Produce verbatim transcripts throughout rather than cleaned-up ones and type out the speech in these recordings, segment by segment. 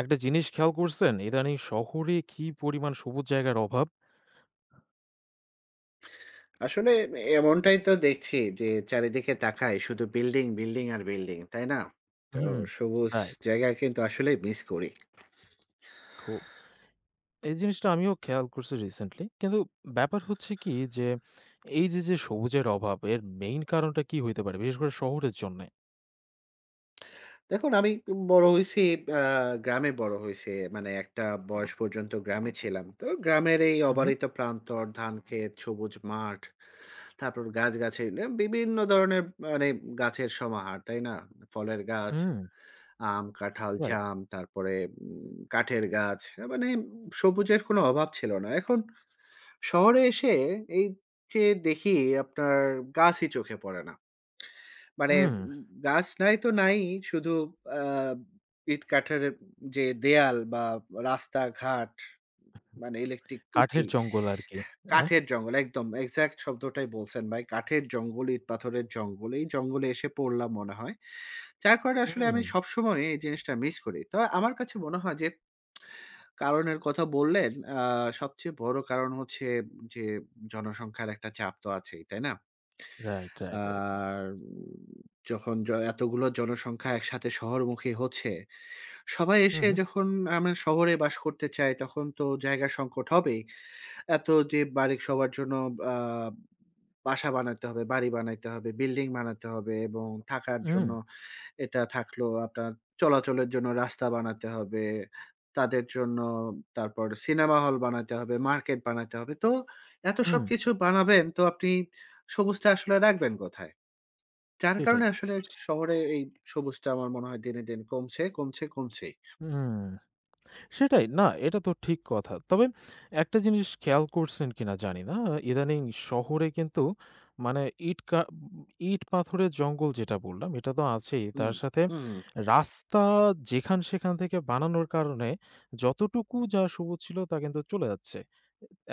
একটা জিনিস খেয়াল করছেন? ইদানিং শহরে কি পরিমাণ সবুজ জায়গার অভাব। আসলে এমনটাই তো দেখছি যে চারিদিকে তাকাই শুধু বিল্ডিং, বিল্ডিং আর বিল্ডিং, তাই না? তো হুম। সবুজ রাইট, জায়গা কিন্তু আসলেই মিস করি। খুব। এই জিনিসটা আমিও খেয়াল করছি রিসেন্টলি। কিন্তু ব্যাপার হচ্ছে কি যে, এই যে, যে, সবুজের অভাব এর মেইন কারণটা কি হইতে পারে? বিশেষ করে শহরের জন্যে? দেখুন আমি বড় হইছি আ গ্রামে বড় হইছি। মানে একটা বয়স পর্যন্ত গ্রামে ছিলাম। তো গ্রামের এই হু, হু। অবারিত প্রান্তর, ধানক্ষেত, সবুজ মাঠ, তারপর গাছগাছালি এ বিভিন্ন ধরনের মানে গাছের সমাহার, তাই না? ফলের গাছ, হুম, আম, কাঁঠাল, রাইট। জাম, তারপরে উম কাঠের গাছ। আ মানে সবুজের কোনো অভাব ছিল না। এখন শহরে এসে এই যে দেখি আপনার গাছই চোখে পড়ে না। মানে হুম, উম গাছ নাই তো নাই, শুধু আ ইট কাঠের যে দেয়াল বা রাস্তাঘাট, মানে ইলেকট্রিক কাঠের খুঁটি, জঙ্গল আরকি। হ্যাঁ? কাঠের জঙ্গল একদম এক্সাক্ট শব্দটাই বলছেন ভাই। কাঠের জঙ্গল, ইট পাথরের জঙ্গল। এই জঙ্গলে এসে পড়লাম মনে হয়। যার কারণে আসলে হুম, আমি সবসময় এই জিনিসটা মিস করি। তো আমার কাছে মনে হয় যে কারণের কথা বললেন, আ সবচেয়ে বড় কারণ হচ্ছে যে জনসংখ্যার একটা চাপ তো আছেই, তাই না? Right, right, right. আর যখন জ এতগুলো জনসংখ্যা একসাথে শহরমুখী হচ্ছে, সবাই হুম, এসে হুম, যখন আমরা শহরে বাস করতে চাই, তখন তো জায়গা সংকট হবেই। এত যে বাড়ি সবার জন্য আ বাসা বানাতে হবে, বাড়ি বানাইতে হবে, বিল্ডিং বানাতে হবে এবং থাকার হুম, জন্য এটা থাকলো, আপনার চলাচলের জন্য রাস্তা বানাতে হবে। তাদের জন্য তারপর সিনেমা হল বানাতে হবে, মার্কেট বানাতে হবে। তো এত হুম, সবকিছু বানাবেন, তো আপনি সবুজটা আসলে রাখবেন কোথায়? যার সেটাই। কারণে আসলে শহরে এই সবুজটা আমার মনে হয় দিনে, দিন কমছে, কমছে, কমছেই। হুম। সেটাই। না, এটা তো ঠিক কথা। তবে একটা জিনিস খেয়াল করছেন কিনা জানি না, ইদানিং শহরে কিন্তু মানে ইট কা ইট পাথরের জঙ্গল যেটা বললাম, এটা তো আছেই। হুম, তার সাথে হুম, রাস্তা যেখান-সেখান থেকে বানানোর কারণে যতটুকু যা সবুজ ছিল তা কিন্তু চলে যাচ্ছে।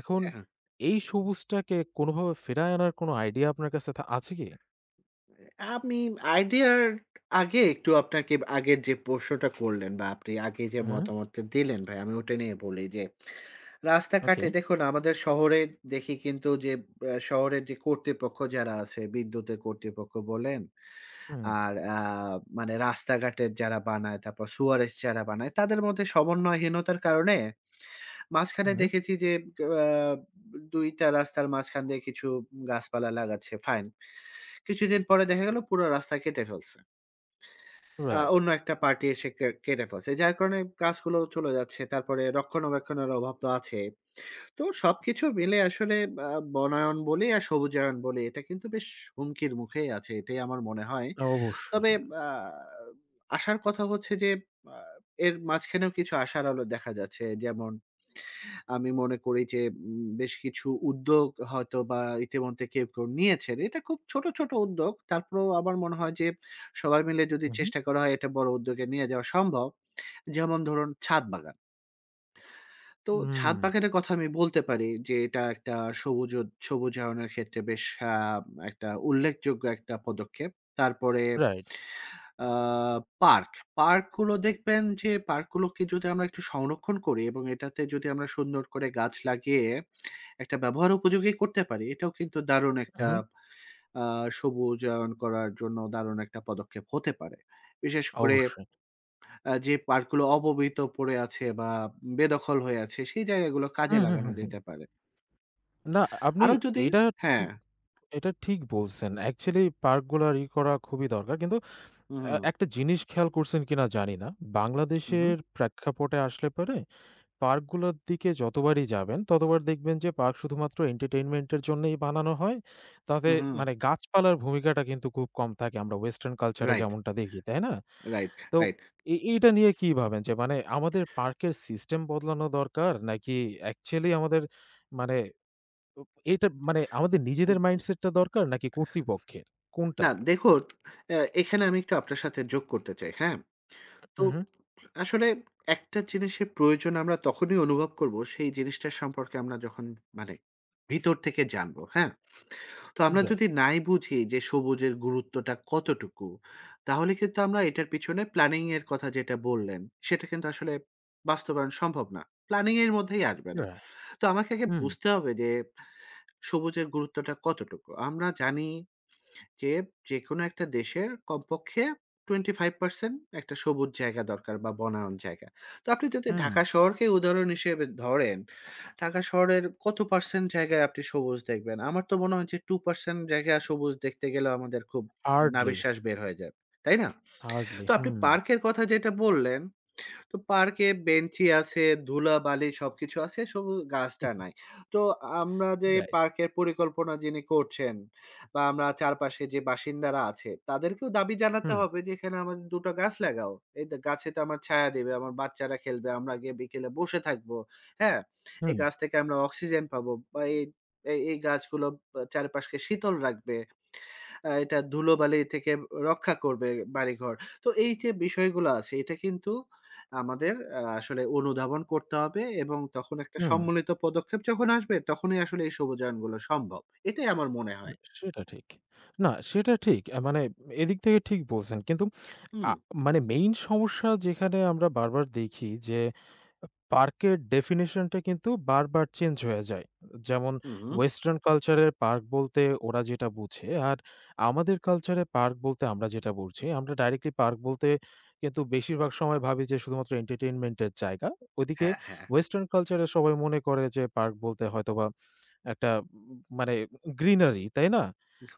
এখন হ্যাঁ। এই সবুজটাকে কোনোভাবে ফেরায় আনার কোনো আইডিয়া আপনার কাছে থা আছে কি? আমি আইডিয়ার আগে একটু আপনাকে আগের যে প্রশ্নটা করলেন বা আপনি আগে যে হুম, মতামতটা দিলেন ভাই আমি ওটা নিয়ে বলি যে ওকে। রাস্তাঘাটে দেখুন আমাদের শহরে দেখি কিন্তু যে আ শহরের যে কর্তৃপক্ষ যারা আছে, বিদ্যুতের কর্তৃপক্ষ বলেন, হুম, আর আ মানে রাস্তাঘাটের যারা বানায়, তারপর সুয়ারেস যারা বানায়, তাদের মধ্যে সমন্বয়হীনতার কারণে মাঝখানে হুম, দেখেছি যে আ দুই টা রাস্তার মাঝখান দিয়ে কিছু গাছপালা লাগাচ্ছে, ফাইন। কিছুদিন পরে দেখা গেল পুরো রাস্তা কেটে ফেলছে। আ রাইট। অন্য একটা পার্টি এসে কে কেটে ফেলছে। যার কারণে গাছগুলো চলে যাচ্ছে। তারপরে রক্ষণাবেক্ষণের অভাব তো আছে। তো সবকিছু মিলে আসলে আ বনায়ন বলি আর সবুজায়ন বলি, এটা কিন্তু বেশ হুমকির মুখেই আছে। এটাই আমার মনে হয়। অবশ্যই। তবে হ্যাঁ। আ আশার কথা হচ্ছে যে আ এর মাঝখানেও কিছু আশার আলো দেখা যাচ্ছে। যেমন আমি মনে করি যে উম বেশ কিছু উদ্যোগ হয়তো বা ইতিমধ্যে কেউ, কেউ নিয়েছেন। এটা খুব ছোট, ছোট উদ্যোগ। তারপরেও আমার মনে হয় যে সবাই মিলে যদি হু, হু। চেষ্টা করা হয় এটা বড় উদ্যোগে নিয়ে যাওয়া সম্ভব। যেমন ধরুন ছাদ বাগান। তো হুম, ছাদ বাগানের কথা আমি বলতে পারি যে, এটা একটা সবুজ সবুজায়নের ক্ষেত্রে বেশ আ একটা উল্লেখযোগ্য একটা পদক্ষেপ। তারপরে রাইট। আ পার্ক। পার্কগুলো দেখবেন যে, পার্কগুলোকে যদি আমরা একটু সংরক্ষণ করি এবং এটাতে যদি আমরা সুন্দর করে গাছ লাগিয়ে একটা ব্যবহার উপযোগী করতে পারি, এটাও কিন্তু দারুণ হু, একটা হু। আ সবুজায়ন করার জন্য দারুণ একটা পদক্ষেপ হতে পারে। বিশেষ করে অবশ্যই। আ যে পার্কগুলো অপবিত পড়ে আছে বা বেদখল হয়ে আছে, সেই জায়গাগুলো কাজে হুম, হুম, লাগানো হুম, হুম। যেতে পারে। না আপনি আরো যদি এইটা হ্যাঁ। ঠিক এটা ঠিক বলছেন। অ্যাকচুয়ালি পার্কগুলার ই করা খুবই দরকার। কিন্তু আ হুম, একটা জিনিস খেয়াল করছেন কিনা জানি না। হুম, হুম, বাংলাদেশের প্রেক্ষাপটে আসলে পরে পার্কগুলোর দিকে যতবারই যাবেন ততবার দেখবেন যে পার্ক শুধুমাত্র এন্টারটেইনমেন্ট এর জন্যই বানানো হয়। তাতে হুম, হুম। মানে গাছপালার ভূমিকাটা কিন্তু খুব কম থাকে। আমরা ওয়েসটার্ন কালচারে রাইট, যেমনটা দেখি, তাই না? রাইট, তো রাইট। এ এইটা নিয়ে কি ভাবেন যে মানে আমাদের পার্কের সিস্টেম বদলানো দরকার নাকি অ্যাকচুয়ালি আমাদের মানে তো এটা মানে আমাদের নিজেদের মাইন্ডসেটটা দরকার নাকি কর্তৃপক্ষের? কোনটা? না দেখুন, অ্যা এখানে আমি একটু আপনার সাথে যোগ করতে চাই, হ্যাঁ? তো উহু, আসলে একটা জিনিসের প্রয়োজন আমরা তখনই অনুভব করব, সেই জিনিসটা সম্পর্কে আমরা যখন মানে ভিতর থেকে জানবো, হ্যাঁ? তো আমরা রাইট। যদি নাই বুঝি যে সবুজের গুরুত্বটা কতটুকু, তাহলে কিন্তু আমরা এটার পিছনে প্ল্যানিং এর কথা যেটা বললেন, সেটা কিন্তু আসলে বাস্তবায়ন সম্ভব না। প্ল্যানিং এর মধ্যেই আসবে না। রাইট। তো আমাকে আগে হুম, বুঝতে হবে যে সবুজের গুরুত্বটা কতটুকু? আমরা জানি যে, যেকোনো একটা দেশের কমপক্ষে পঁচিশ পার্সেন্ট একটা সবুজ জায়গা দরকার বা বনায়ন জায়গা। তো আপনি যদি হুম। ঢাকা শহরকে উদাহরণ হিসেবে ধরেন, ঢাকা শহরের কত পার্সেন্ট জায়গায় আপনি সবুজ দেখবেন? আমার তো মনে হয় যে দুই পার্সেন্ট জায়গা সবুজ দেখতে গেলেও আমাদের খুব হার্ডলি, নাভিশ্বাস বের হয়ে যাবে। তাই না? হার্ডলি। তো আপনি হুম। পার্কের কথা যেটা বললেন তো পার্কে বেঞ্চি আছে, ধুলাবালি সবকিছু আছে, শুধু গাছটা নাই। তো আমরা যে রাইট। পার্কের পরিকল্পনা যিনি করছেন বা আমরা চারপাশে যে বাসিন্দারা আছে, তাদেরকেও দাবি জানাতে হুম, হবে যে, "এখানে আমাদের দুই টা গাছ লাগাও। এই দে গাছে তো আমার ছায়া দেবে, আমার বাচ্চারা খেলবে, আমরা গিয়ে বিকেলে বসে থাকবো।" হ্যাঁ? এই হুম, গাছ থেকে আমরা অক্সিজেন পাবো বা এই এই এই গাছগুলো বা চারপাশকে শীতল রাখবে। আ এটা ধুলোবালি থেকে রক্ষা করবে বাড়িঘর। তো এই যে বিষয়গুলো আছে এটা কিন্তু আমাদের আ আসলে অনুধাবন করতে হবে এবং তখন একটা হুম। সম্মিলিত পদক্ষেপ যখন আসবে তখনই আসলে এই সবুজায়নগুলো সম্ভব। এটাই আমার মনে হয়। সেটা ঠিক। না সেটা ঠিক। আ মানে এদিক থেকে ঠিক বলছেন। কিন্তু হুম, আ মানে মেইন সমস্যা যেখানে আমরা বারবার দেখি যে পার্কের ডেফিনিশনটা কিন্তু বারবার চেঞ্জ হয়ে যায়। যেমন হুম, হুম। ওয়েসটার্ন কালচারে পার্ক বলতে ওরা যেটা বুঝে, আর আমাদের কালচারে পার্ক বলতে আমরা যেটা বুঝি, আমরা ডাইরেক্টলি পার্ক বলতে কিন্তু বেশিরভাগ সময় ভাবি যে শুধুমাত্র এন্টারটেইনমেন্টের জায়গা। ওদিকে হ্যাঁ, হ্যাঁ। ওয়েসটার্ন কালচারে সবাই মনে করে যে পার্ক বলতে হয়তোবা একটা উম, মানে গ্রিনারি, তাই না?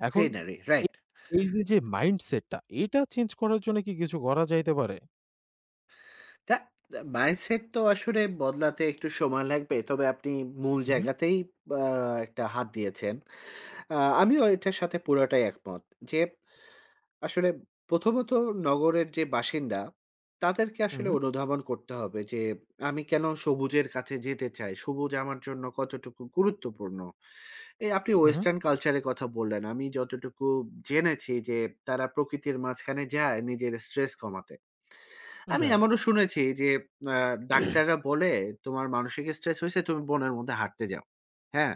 এখন গ্রিনারি এ রাইট। এই যে, যে মাইন্ডসেটটা এটা চেঞ্জ করার জন্য কি কিছু করা যাইতে পারে? তা আ মাইন্ডসেট তো আসলে বদলাতে একটু সময় লাগবে। তবে আপনি মূল উহু, জায়গাতেই আ একটা হাত দিয়েছেন। আ আমিও এটার সাথে পুরাটাই একমত যে আসলে প্রথমত নগরের যে বাসিন্দা, তাদেরকে আসলে উহু, অনুধাবন করতে হবে যে, আমি কেন সবুজের কাছে যেতে চাই? সবুজ আমার জন্য কতটুকু গুরুত্বপূর্ণ? এই আপনি উহু, ওয়েস্টার্ন কালচারের কথা বললেন। আমি যতটুকু জেনেছি যে, তারা প্রকৃতির মাঝখানে যায় নিজের স্ট্রেস কমাতে। আমি রাইট। এমনও শুনেছি যে, আ ডাক্তাররা বলে, "তোমার মানসিক স্ট্রেস হইছে, তুমি বনের মধ্যে হাঁটতে যাও।" হ্যাঁ?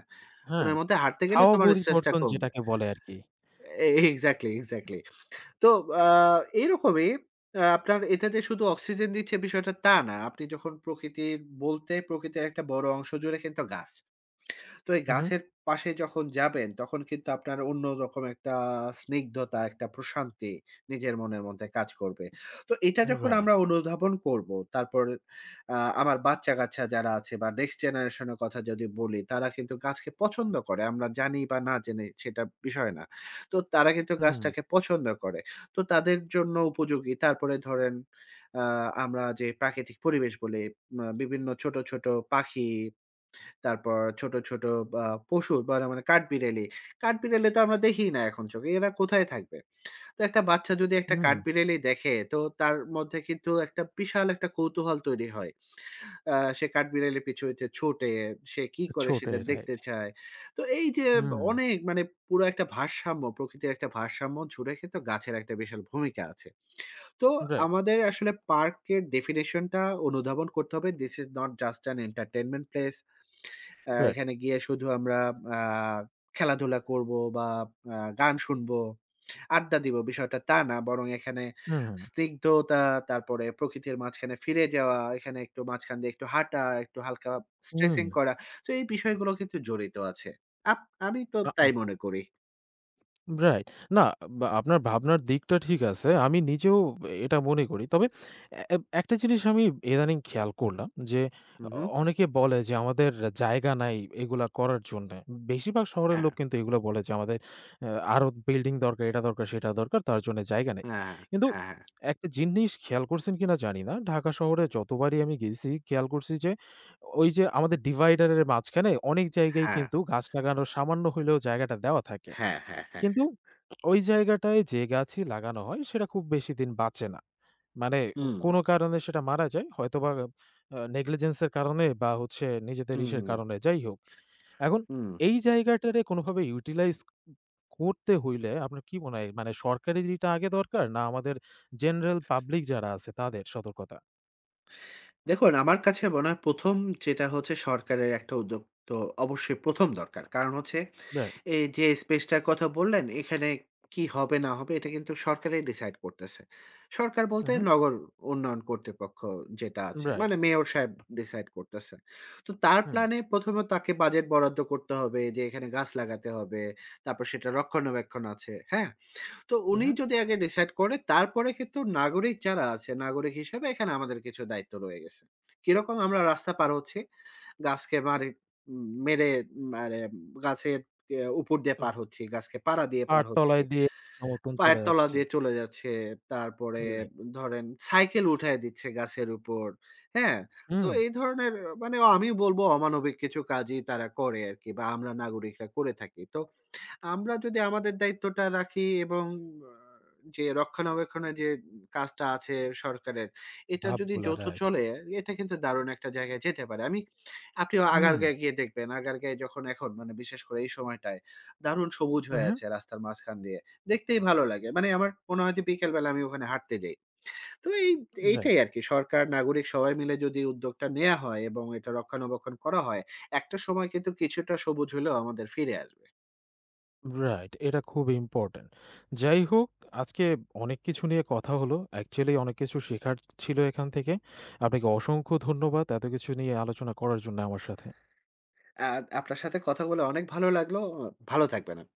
হ্যাঁ, বনের মধ্যে হাঁটতে গেলে হাওয়া তোমার স্ট্রেসটা পরিবর্তন কমবে। যেটাকে বলে আরকি। এ এক্সাক্টলি, এক্সাক্টলি। তো আ এরকমই আ আপনার এটা যে শুধু অক্সিজেন দিচ্ছে বিষয়টা তা না। আপনি যখন প্রকৃতির বলতে প্রকৃতির একটা বড় অংশ জুড়ে কিন্তু গাছ। তো এই হু, হু। গাছের পাশে যখন যাবেন, তখন কিন্তু আপনার অন্যরকম একটা স্নিগ্ধতা, একটা প্রশান্তি নিজের মনের মধ্যে কাজ করবে। তো এটা যখন রাইট। আমরা অনুধাবন করব, তারপর আ আমার বাচ্চা-কাচ্চা যারা আছে বা নেক্সট জেনারেশন এর কথা যদি বলি, তারা কিন্তু গাছকে পছন্দ করে। আমরা জানি বা না জেনে সেটা বিষয় না। তো তারা কিন্তু হুম, গাছটাকে পছন্দ করে। তো তাদের জন্য উপযোগী। তারপরে ধরেন আ আমরা যে প্রাকৃতিক পরিবেশ বলি, আ বিভিন্ন ছোট, ছোট পাখি তারপর ছোট, ছোট বা পশু বা মানে কাঠবিড়ালি। কাঠবিড়ালি তো আমরা দেখিই না এখন চোখে। এরা কোথায় থাকবে? তো একটা বাচ্চা যদি একটা হুম। কাঠবিড়ালি দেখে তো তার মধ্যে কিন্তু একটা বিশাল একটা কৌতূহল তৈরি হয়। আ সে কাঠবিড়ালির পিছু হইতে ছোটে, সে কি করে ছোট সেটা রাইট। দেখতে চায়। তো এই যে হুম, অনেক মানে পুরো একটা ভারসাম্য, প্রকৃতির একটা ভারসাম্য জুড়ে কিন্তু গাছের একটা বিশাল ভূমিকা আছে। তো রাইট, আমাদের আসলে পার্কের ডেফিনিশনটা অনুধাবন করতে হবে। This is not just an entertainment place. আ রাইট। এখানে গিয়ে শুধু আমরা আ খেলাধুলা করব বা আ গান শুনবো, আড্ডা দিব বিষয়টা তা না। বরং এখানে হুম, স্নিগ্ধতা, তারপরে প্রকৃতির মাঝখানে ফিরে যাওয়া, এখানে একটু মাঝখান দিয়ে একটু হাঁটা, একটু হালকা হুম। স্ট্রেচিং করা। তো এই বিষয়গুলো কিন্তু জড়িত আছে। আপ আমি তো আ আ তাই মনে করি। রাইট। না বা আপনার ভাবনার দিকটা ঠিক আছে। আমি নিজেও এটা মনে করি। তবে এ একটা জিনিস আমি ইদানিং খেয়াল করলাম যে, হু, অ হু। অনেকে বলে যে আমাদের জায়গা নাই এগুলা করার জন্যে। বেশিরভাগ শহরের হ্যাঁ, লোক কিন্তু এগুলো বলে যে আমাদের আ আরো বিল্ডিং দরকার, এটা দরকার, সেটা দরকার, তার জন্য জায়গা নেই। হ্যাঁ, কিন্তু হ্যাঁ, হ্যাঁ, একটা জিনিস খেয়াল করছেন কিনা জানি না। ঢাকা শহরে যতবারই আমি গেছি খেয়াল করছি যে, ওই যে আমাদের ডিভাইডারের মাঝখানে অনেক জায়গায় হ্যাঁ, কিন্তু গাছ লাগানোর সামান্য হইলেও জায়গাটা দেওয়া থাকে। হ্যাঁ, হ্যাঁ, হ্যাঁ, হ্যাঁ। কিন্তু ওই জায়গাটায় যে গাছই লাগানো হয় সেটা খুব বেশি দিন বাঁচে না। মানে উ হুম, কোনো কারণে সেটা মারা যায়। হয়তোবা আ নেগলিজেন্স এর কারণে বা হচ্ছে নিজেদের হুম, ইসের হুম, কারণে যাই হোক। এখন হুম। এই জায়গাটারে কোনোভাবে ইউটিলাইজ করতে হইলে আপনার কি মনে হয় মানে সরকারের এটা আগে দরকার না আমাদের জেনারেল পাবলিক যারা আছে তাদের সতর্কতা? দেখুন, আমার কাছে মনে হয় প্রথম যেটা হচ্ছে সরকারের একটা উদ্যোগ তো অবশ্যই প্রথম দরকার। কারণ হচ্ছে রাইট। এই যে স্পেসটার কথা বললেন, এখানে কি হবে না হবে এটা কিন্তু সরকারই ডিসাইড করতেছে। সরকার হুম, বলতে হুম। নগর উন্নয়ন কর্তৃপক্ষ যেটা আছে, রাইট। মানে মেয়র সাহেব ডিসাইড করতেছে। তো তার হুম, প্ল্যানে প্রথম এ তাকে বাজেট বরাদ্দ করতে হবে যে এখানে গাছ লাগাতে হবে, তারপর সেটা রক্ষণাবেক্ষণ আছে, হ্যাঁ? তো উনি হুম। যদি আগে ডিসাইড করে তারপরে কিন্তু নাগরিক যারা আছে, নাগরিক হিসেবে এখানে আমাদের কিছু দায়িত্ব রয়ে গেছে। কিরকম আমরা রাস্তা পার হচ্ছি, গাছকে মারি উম মেরে মানে গাছের ইয়া উপর দিয়ে আ পার হচ্ছি, গাছকে পাড়া দিয়ে পাড় পার হচ্ছি, তলায় দিয়ে মতন পায়ের চলে তলা যাচ্ছি। দিয়ে চলে যাচ্ছে। তারপরে রাইট। ধরেন সাইকেল উঠায় দিচ্ছে গাছের উপর, হ্যাঁ? তো হুম, এই ধরনের মানে আমি বলব অমানবিক কিছু কাজই তারা করে আরকি বা আমরা নাগরিকরা করে থাকি। তো আমরা যদি আমাদের দায়িত্বটা রাখি এবং আ যে রক্ষণাবেক্ষণের যে কাজটা আছে সরকারের, এটা যদি ধাপগুলা যৌথ রাইট। চলে, এটা কিন্তু দারুণ একটা জায়গায় যেতে পারে। আমি আপনিও হুম, আগারগাঁয়ে গিয়ে দেখবেন। আগারগাঁয়ে যখন এখন মানে বিশেষ করে এই সময়টায় দারুণ সবুজ হয়ে উহু, আছে রাস্তার মাঝখান দিয়ে। দেখতেই ভালো লাগে। মানে আমার মনে হয় যে বিকেল বেলা আমি ওখানে হাঁটতে যাই। তো এই রাইট। এইটাই আরকি সরকার, নাগরিক সবাই মিলে যদি উদ্যোগটা নেয়া হয় এবং এটা রক্ষণাবেক্ষণ করা হয়, একটা সময় কিন্তু কিছুটা সবুজ হলেও আমাদের ফিরে আসবে। রাইট, এটা খুব ইম্পোর্টেন্ট। যাই হোক, আজকে অনেক কিছু নিয়ে কথা হলো। অ্যাকচুয়ালি অনেক কিছু শেখার ছিল এখান থেকে। আপনাকে অসংখ্য ধন্যবাদ এত কিছু নিয়ে আলোচনা করার জন্য আমার সাথে। আ আপনার সাথে কথা বলে অনেক ভালো লাগলো। ভালো থাকবেন আপ